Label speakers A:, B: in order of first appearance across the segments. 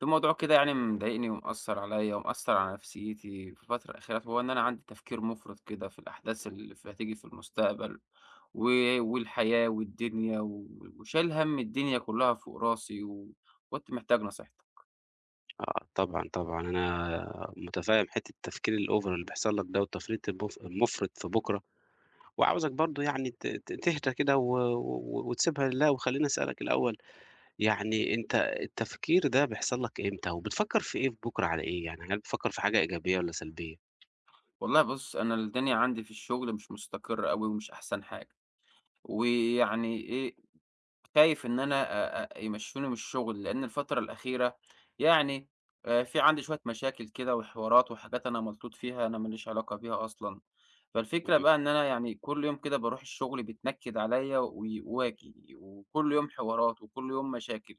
A: في موضوع كده يعني مضايقني ومأثر عليَّ ومأثر على نفسيتي في الفترة الأخيرة، هو إن أنا عندي تفكير مفرط كده في الأحداث اللي هتيجي في المستقبل، و والحياة والدنيا، وشايل هَم الدنيا كلها فوق راسي، وكنت محتاج نصيحتك.
B: آه، طبعًا، طبعًا، أنا مُتفهّم حتّة التفكير الOver اللي بيحصل لك ده والتفريط المُفرِط في بُكرة، وعاوزك برضه يعني ت ت تهدى كده و و وتسيبها لله، وخلّيني أسألك الأول، يعني أنت التفكير ده بيحصل لك إمتى، وبتفكّر في إيه في بُكرة على إيه يعني، هل بتفكّر في حاجة إيجابية والّا سلبية؟
A: والله بُص، أنا الدنيا عندي في الشغل مش مستقرة أوي ومش أحسن حاجة، ويعني إيه، خايف إن أنا أ أ يمشّوني من الشغل، لأن الفترة الأخيرة يعني في عندي شوية مشاكل كده وحوارات وحاجات أنا ملطوط فيها، أنا ما ليش علاقة بيها أصلًا. فالفكرة
B: اهم،
A: بقى إن أنا يعني كل يوم كده باروح الشغل بيتنكد عليّا وي واجي، وكل يوم حوارات وكل يوم مشاكل،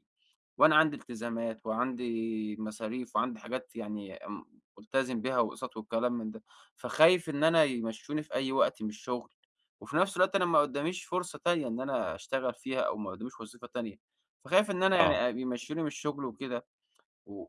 A: وأنا عندي التزامات وعندي مصاريف وعندي حاجات يعني ملتزم بيها وأقساط والكلام من ده، فخايف إن أنا يمشّوني في أي وقت من الشغل، وفي نفس الوقت أنا ما قدّاميش فرصة تانية إن أنا أشتغل فيها أو ما قدّاميش وظيفة تانية، فخايف إن أنا يعني
B: آه،
A: يمشّوني من الشغل وكده. و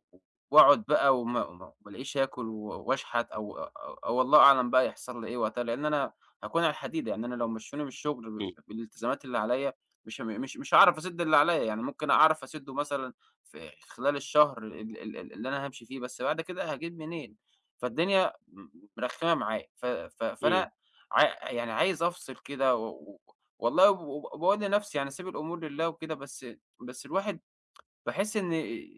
A: وأقعد بقى وما الاقيش آكل واشحت، أو الله أعلم بقى يحصل لي إيه وقتها، لإن أنا هاكون على الحديدة، يعني أنا لو مشّوني من الشغل
B: إمم،
A: بالالتزامات اللي عليّا، مش هم مش مش هاعرف أسِد اللي عليّا، يعني ممكن أعرف أسِدّه مثلًا في خلال الشهر ال ال ال اللي أنا هامشي فيه، بس بعد كده هاجيب منين؟ فالدنيا مرخّمة معايا، ف ف
B: إمم،
A: فأنا عا يعني عايز أفصل كده و و والله وب وب باقول لنَفْسي يعني سيب الأمور لله وكده، بس الواحد باحس إن إن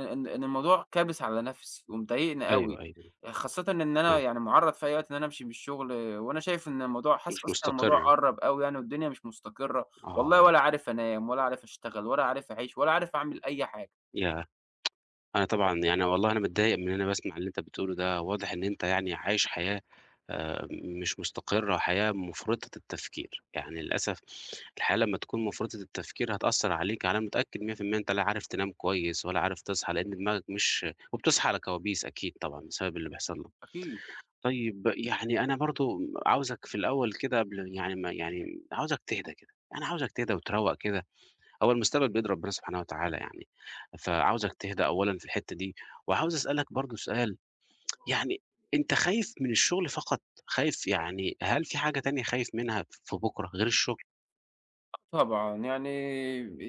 A: إن إن الموضوع كابِس على نَفْسي ومضايقني
B: أيوه،
A: أوي،
B: أيوه،
A: خاصةً إن أنا
B: آه،
A: يعني مُعرّض في أي وقت إن أنا أمشي من الشُغل، وأنا شايف إن الموضوع، حاسس
B: مش
A: أصلًا الموضوع
B: مستقر،
A: قرّب أوي يعني والدنيا مش مستقرّة، والله ولا
B: آه،
A: عارف أنام ولا عارف أشتغل ولا عارف أعيش ولا عارف أعمل أي حاجة،
B: ياه! أنا طبعًا يعني والله أنا متضايق من إن أنا باسمع اللي أنت بتقوله ده، واضح إن أنت يعني عايش حياة مش مستقرة، حياة مُفرطة التفكير، يعني للأسف الحياة لمّا تكون مُفرطة التفكير هتأثّر عليك، أنا متأكد 100% أنت لا عارف تنام كويس ولا عارف تصحى، لإن دماغك مش وبتصحى على كوابيس أكيد طبعًا بسبب اللي بيحصل لك.
A: أكيد.
B: طيب يعني أنا برضه عاوزك في الأول كده قبل يعني ما يعني عاوزك تهدى كده، أنا عاوزك تهدى وتروّق كده. هو المستقبل بيد ربنا سبحانه وتعالى يعني، فعاوزك تهدى أولًا في الحتّة دي، وعاوز أسألك برضه سؤال، يعني أنت خايف من الشغل فقط؟ خايف يعني هل في حاجة تانية خايف منها في بُكرة غير الشغل؟
A: طبعًا، يعني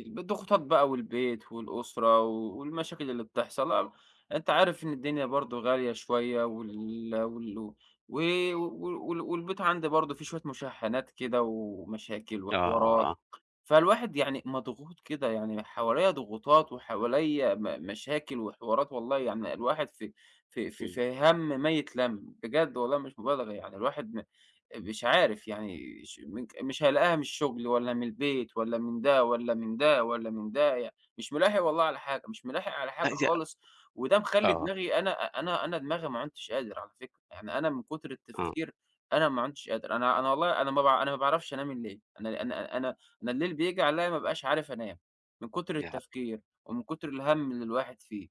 A: الضغوطات بقى والبيت والأسرة والمشاكل اللي بتحصل، آه، أنت عارف إن الدنيا برضه غالية شوية، وال وال و و وال والبيت عندي برضه فيه شوية مشاحنات كده ومشاكل وحوارات.
B: آه،
A: فالواحد يعني مضغوط كده، يعني حواليّا ضغوطات وحواليّا مشاكل وحوارات، والله يعني الواحد
B: إمم،
A: في هَم ما يتلَم، بجد والله مش مبالغة، يعني الواحد مش عارف يعني، ش مك مش هيلاقيها من الشغل والّا من البيت والّا من ده والّا من ده والّا من ده، يعني مش ملاحق والله على حاجة، مش ملاحق على حاجة
B: أي
A: خالص. وده مخلّي
B: آه،
A: دماغي أنا أنا أنا دماغي ما عُدتش قادر على فكرة، يعني أنا من كتر
B: آه،
A: التفكير أنا ما عُدتش قادر، أنا والله أنا ما باعرفش أنام الليل، أنا الليل بييجي عليّا ما بابقاش عارف أنام، من كتر
B: يع
A: التفكير ومن كتر الهَم اللي الواحد فيه،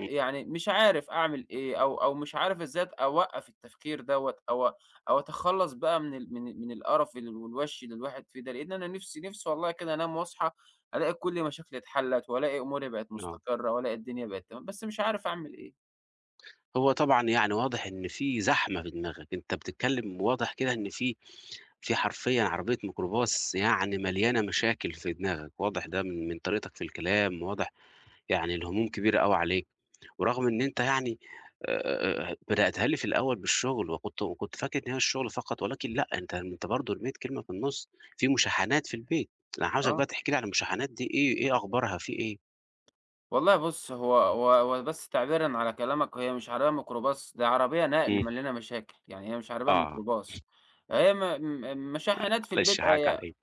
B: إمم،
A: مش عارف أعمل إيه، أو مش عارف إزاي أوقّف التفكير دوّة، أو أتخلّص بقى من القرف والوَش اللي الواحد فيه ده، لإن أنا نِفْسي والله كده أنام وأصحى، ألاقي كل مشاكلي اتحلّت، وألاقي أموري بقت
B: آه،
A: مستقرة، وألاقي الدنيا بقت تمام، بس مش عارف أعمل إيه.
B: هو طبعًا يعني واضح إن في زحمة في دماغك، أنت بتتكلم واضح كده إن في حرفيًا عربية ميكروباص يعني مليانة مشاكل في دماغك، واضح ده من طريقتك في الكلام، واضح يعني الهموم كبيرة أوي عليك، ورغم إن أنت يعني بدأتها لي في الأول بالشغل، وكنت فاكر إن هي الشغل فقط، ولكن لأ، أنت برضه رميت كلمة في النُص، في مشاحنات في البيت، أنا عاوزك
A: آه.
B: بقى تحكي لي عن المشاحنات دي إيه أخبارها، في إيه؟
A: والله بُص، هو بس تعبيرًا على كلامك، هي مش عربية ميكروباص، ده عربية نقل
B: إمم،
A: مليانة مشاكل، يعني هي مش عربية
B: آه،
A: ميكروباص، هي م م مشاحنات في
B: معلش
A: البيت،
B: هاعاك على
A: أي
B: إيه،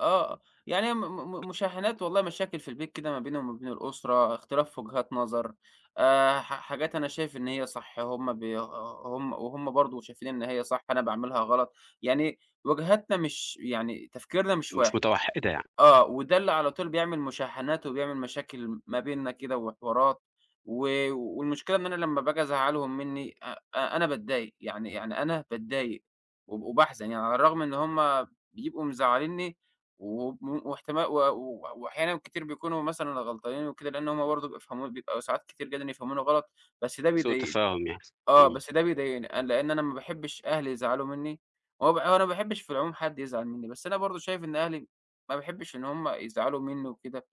A: آه، يعني هي م م مشاحنات، والله مشاكل في البيت كده ما بيني وما بين الأسرة، اختلاف في وجهات نظر، حاجات أنا شايف إن هي صح، هُم وهُم برضه شايفين إن هي صح، أنا باعملها غلط، يعني وجهاتنا مش يعني تفكيرنا مش
B: مش
A: واحد.
B: متوحدة يعني،
A: آه، وده اللي على طول بيعمل مشاحنات وبيعمل مشاكل ما بيننا كده وحوارات، و والمشكلة إن أنا لمّا باجي أزعّلهم منّي، أ أ أنا باتضايق، يعني أنا باتضايق وباحزن، يعني على الرغم إن هم بيبقوا مزعّلينّي وم واحتما و و وأحيانًا كتير بيكونوا مثلًا غلطانين وكده، لإن هم برضه بيبقوا ساعات كتير جدًا يفهموني غلط، بس ده
B: سوء
A: بيضايقني.
B: تفاهم يعني،
A: آه،
B: إمم،
A: بس ده بيضايقني أنا، لإن أنا ما باحبش أهلي يزعلوا منّي، وما ب وأنا ما باحبش في العموم حد يزعل منّي، بس أنا برضه شايف إن أهلي، ما باحبش إن هم يزعلوا منّي وكده،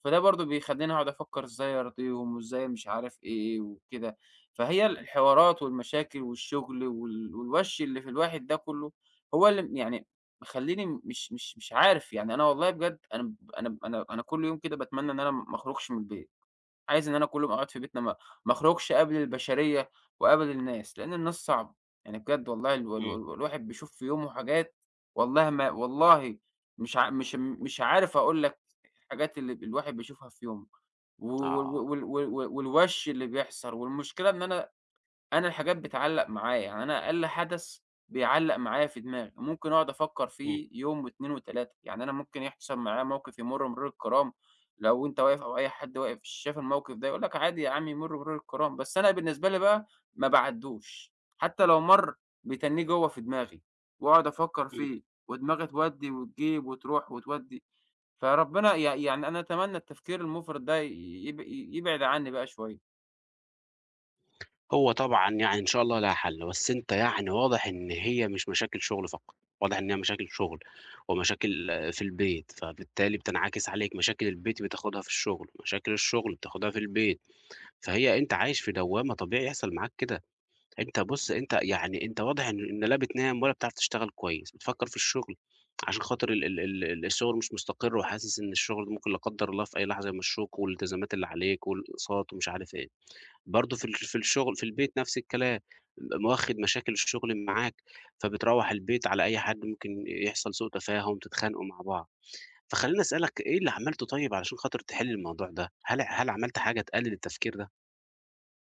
A: فده برضه بيخلّيني أقعد أفكّر إزاي أرضيهم وإزاي مش عارف إيه وكده، فهي الحوارات والمشاكل والشغل والوَش اللي في الواحد ده كلّه، هو اللي م يعني مخلّيني مش عارف، يعني أنا والله بجد، أنا ب أنا ب أنا أنا كل يوم كده باتمنى إن أنا ما أخرجش من البيت. عايز إن أنا كل يوم أقعد في بيتنا، ما أخرجش أقابل البشرية وأقابل الناس، لإن الناس صعبة، يعني بجد والله ال ال
B: إمم،
A: ال الواحد بيشوف في يومه حاجات، والله ما والله مش ع مش مش عارف أقول لك الحاجات اللي الواحد بيشوفها في يومه، و و
B: آه،
A: و وال وال والوَش اللي بيحصل، والمشكلة إن أنا الحاجات بتعلّق معايا، يعني أنا أقل حدث بيعلّق معايا في دماغي، ممكن أقعد أفكّر
B: إمم،
A: فيه يوم و2 و3، يعني أنا ممكن يحصل معايا موقف يمُر بمرور الكرام، لو أنت واقف أو أي حد واقف شاف الموقف ده يقول لك: عادي يا عم، يمُر بمرور الكرام، بس أنا بالنسبة لي بقى ما باعدّوش، حتى لو مَر بيتنّيه جوّه في دماغي، وأقعد أفكّر
B: إمم.
A: فيه، ودماغي تودّي وتجيب وتروح وتودّي، فربنا يعني أنا أتمنى التفكير المُفرط ده ي يب يبعد عني بقى شوية.
B: هو طبعًا يعني إن شاء الله لها حل، بس أنت يعني واضح إن هي مش مشاكل شغل فقط، واضح إن هي مشاكل شغل ومشاكل آه، في البيت، فبالتالي بتنعكس عليك، مشاكل البيت بتاخدها في الشغل، مشاكل الشغل بتاخدها في البيت، فهي أنت عايش في دوّامة طبيعي يحصل معاك كده، أنت بُص أنت يعني أنت واضح إن لا بتنام ولا بتعرف تشتغل كويس، بتفكّر في الشغل عشان خاطر الشغل مش مستقر وحاسس إن الشغل ده ممكن لا قدّر الله في أي لحظة يمشّوك والالتزامات اللي عليك والأقساط ومش عارف إيه. برضه في الشغل في البيت نفس الكلام، واخد مشاكل الشغل معاك، فبتروّح البيت على أي حد ممكن يحصل سوء تفاهم، تتخانقوا مع بعض، فخلّيني أسألك إيه اللي عملته طيب علشان خاطر تحل الموضوع ده؟ هل عملت حاجة تقلل التفكير ده؟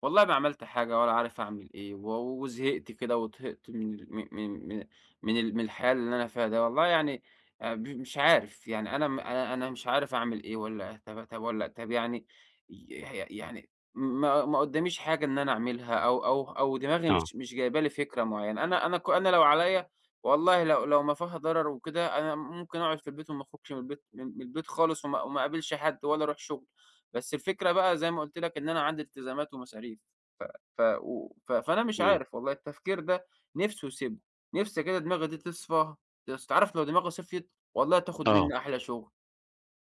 A: والله ما عملت حاجة ولا عارف أعمل إيه، وزهقت كده وطهقت من ال من من من من ال من الحياة اللي أنا فيها ده، والله يعني مش عارف، يعني أنا أنا مش عارف أعمل إيه، والّا طب يعني ي ه يعني ما قدّاميش حاجة إن أنا أعملها، أو دماغي
B: آه،
A: مش جايبة لي فكرة معيّنة، أنا لو عليّا والله، لو ما فيها ضرر وكده، أنا ممكن أقعد في البيت وما أخرجش من البيت، من البيت خالص، وما أقابلش حد ولا أروح شغل، بس الفكرة بقى زي ما قُلت لك إن أنا عندي التزامات ومصاريف. ف و ف فأنا مش
B: إمم،
A: عارف والله، التفكير ده نِفْسي يسيبه، نِفْسي كده دماغي دي تصفى، تعرف لو دماغي صفيت، والله تاخد
B: آه،
A: منّي أحلى شغل.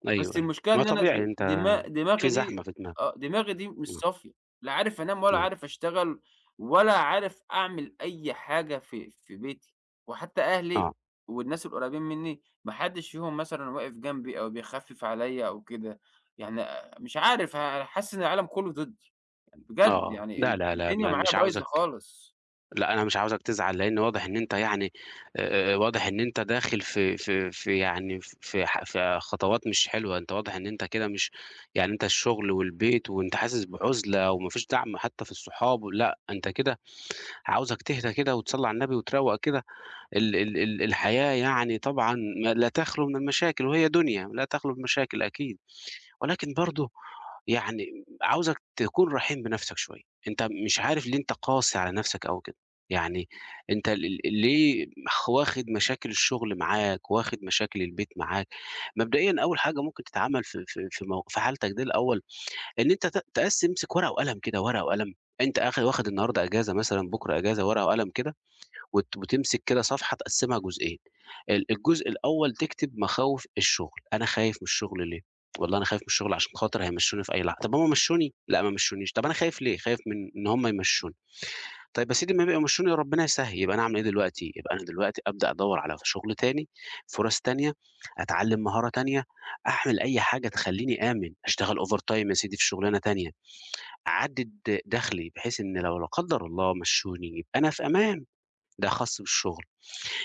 B: أيوه،
A: بس
B: أيوه،
A: المشكلة
B: ما
A: إن أنا
B: طبيعي
A: د
B: أنت
A: دما دماغي
B: في
A: دي،
B: زحمة في دماغك،
A: مش
B: إمم،
A: صافية، لا عارف أنام ولا
B: إمم،
A: عارف أشتغل ولا عارف أعمل أي حاجة في بيتي، وحتى أهلي
B: آه،
A: والناس القريبين منّي، ما حدّش فيهم مثلًا واقف جنبي أو بيخفِّف عليّا أو كده، يعني مش عارف، حاسس إن العالم كلّه ضدّي، يعني
B: آه،
A: بجد،
B: آه،
A: يعني
B: لا، لا، لا،
A: الدنيا
B: ما
A: معايا
B: مش
A: بايظة
B: عاوزك
A: خالص.
B: لا انا مش عاوزك تزعل لان واضح ان انت يعني آه، آه، واضح ان انت داخل في في في يعني في ح- في خطوات مش حلوه انت واضح ان انت كده مش يعني انت الشغل والبيت وانت حاسس بعزله ومفيش دعم حتى في الصحاب لا انت كده عاوزك تهدى كده وتصلي على النبي وتروق كده ال ال ال الحياه يعني طبعا لا تخلو من المشاكل وهي دنيا لا تخلو من مشاكل اكيد ولكن برضه يعني عاوزك تكون رحيم بنَفْسك شوية، أنت مش عارف ليه أنت قاسي على نَفْسك أوي كده، يعني أنت ليه مخ واخد مشاكل الشغل معاك، واخد مشاكل البيت معاك، مبدئيًا أول حاجة ممكن تتعمل في حالتك دي الأول، إن أنت ت تقسّم امسك ورقة وقلم كده، ورقة وقلم، أنت واخد النهارده إجازة مثلًا، بُكرة إجازة، ورقة وقلم كده وتمسك كده صفحة تقسّمها جزئين، الجزء الأول تكتب مخاوف الشغل، أنا خايف من الشغل ليه؟ والله أنا خايف من الشغل عشان خاطر هيمشّوني في أي لحظة، طب هم مشّوني؟ لأ ما مشّونيش، طب أنا خايف ليه؟ خايف من إن هم يمشّوني، طيب يا سيدي ما يبقوا يمشّوني ربنا يسهّل، يبقى أنا أعمل إيه دلوقتي؟ يبقى أنا دلوقتي أبدأ أدوّر على شغل تاني، فرص تانية، أتعلّم مهارة تانية، أعمل أي حاجة تخلّيني آمن، أشتغل overtime يا سيدي في شغلانة تانية، أعدّد دخلي بحيث إن لو لا قدّر الله مشّوني يبقى أنا في أمان، ده خاص بالشغل.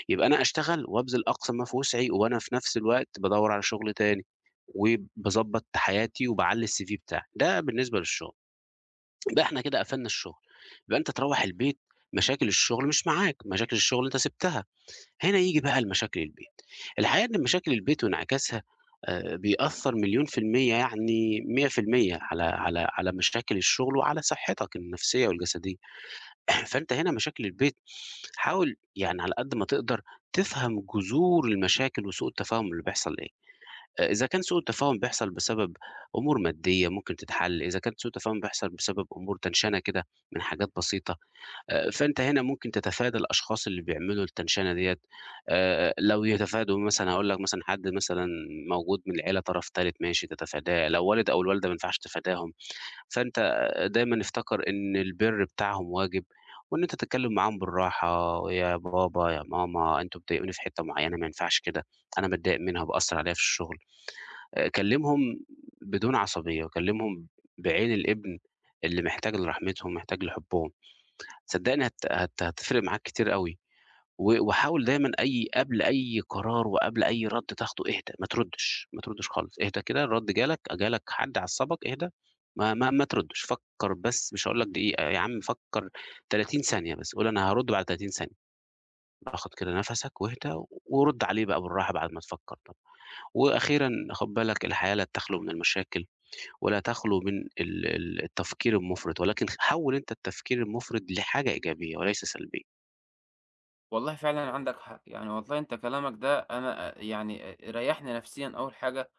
B: يبقى أنا أشتغل وأبذل أقصى ما في وسعي، وأنا في نفس الوقت بادوّر على شغل تاني، وباضبّط حياتي وباعلّي الCV بتاعي، ده بالنسبة للشغل. يبقى إحنا كده قفلنا الشغل، يبقى أنت تروّح البيت مشاكل الشغل مش معاك، مشاكل الشغل أنت سِبتها، هنا ييجي بقى لمشاكل البيت. الحقيقة إن مشاكل البيت وانعكاسها بيأثّر مليون في المِيّة يعني 100% على مشاكل الشغل وعلى صحتك النفسية والجسدية. فأنت هنا مشاكل البيت حاول يعني على قد ما تقدر تفهم جذور المشاكل وسوء التفاهم اللي بيحصل ايه آه، اذا كان سوء التفاهم بيحصل بسبب امور ماديه ممكن تتحل اذا كان سوء التفاهم بيحصل بسبب امور تنشنه كده من حاجات بسيطه آه، فانت هنا ممكن تتفادى الاشخاص اللي بيعملوا التنشنه ديت آه، لو يتفادوا مثلا هقول لك مثلا حد مثلا موجود من العيله طرف ثالث ماشي تتفاداه لو والد او الوالده ما ينفعش تتفاداهم فأنت دايمًا افتكر إن البِر بتاعهم واجب، وإن أنت تتكلّم معاهم بالراحة، "يا بابا، يا ماما، أنتم بتضايقوني في حتّة معيّنة ما ينفعش كده، أنا باتضايق منها، بأثّر عليّا في الشغل." كلّمهم بدون عصبية، وكلّمهم بعين الابن اللي محتاج لرحمتهم، محتاج لحُبّهم، صدّقني هت هت هتفرق معاك كتير أوي. وحاول دايمًا قبل أي قرار وقبل أي رَد تاخده اهدى، ما تردّش، ما تردّش خالص، اهدى كده الرَد جالك حد عصّبك اهدى، ما تردّش، فكّر بس مش هاقول لك دقيقة، يا عم فكّر 30 ثانية بس، قُل أنا هارُد بعد 30 ثانية، اخد كده نَفَسك واهدى ورُد عليه بقى بالراحة بعد ما تفكّر طبعًا. وأخيرًا خُد بالك الحياة لا تخلو من المشاكل ولا تخلو من ال ال التفكير المُفرط، ولكن حوّل أنت التفكير المُفرط لحاجة إيجابية وليس سلبية.
A: والله فعلًا عندك حق، يعني والله أنت كلامك ده أنا يعني ريّحني نفسيًا أول حاجة،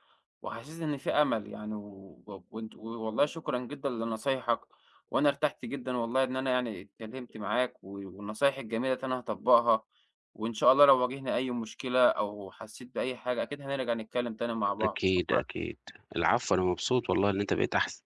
A: وحسيت إن في أمل يعني، و و وأنت والله شكرًا جدًا لنصايحك، وأنا ارتحت جدًا والله إن أنا يعني اتكلمت معاك، والنصايح الجميلة دي أنا هاطبّقها، وإن شاء الله لو واجهنا أي مشكلة أو حسيت بأي حاجة، أكيد هنرجع نتكلم تاني مع بعض.
B: أكيد،
A: شكرًا.
B: أكيد. العفو، أنا مبسوط والله إن أنت بقيت أحسن.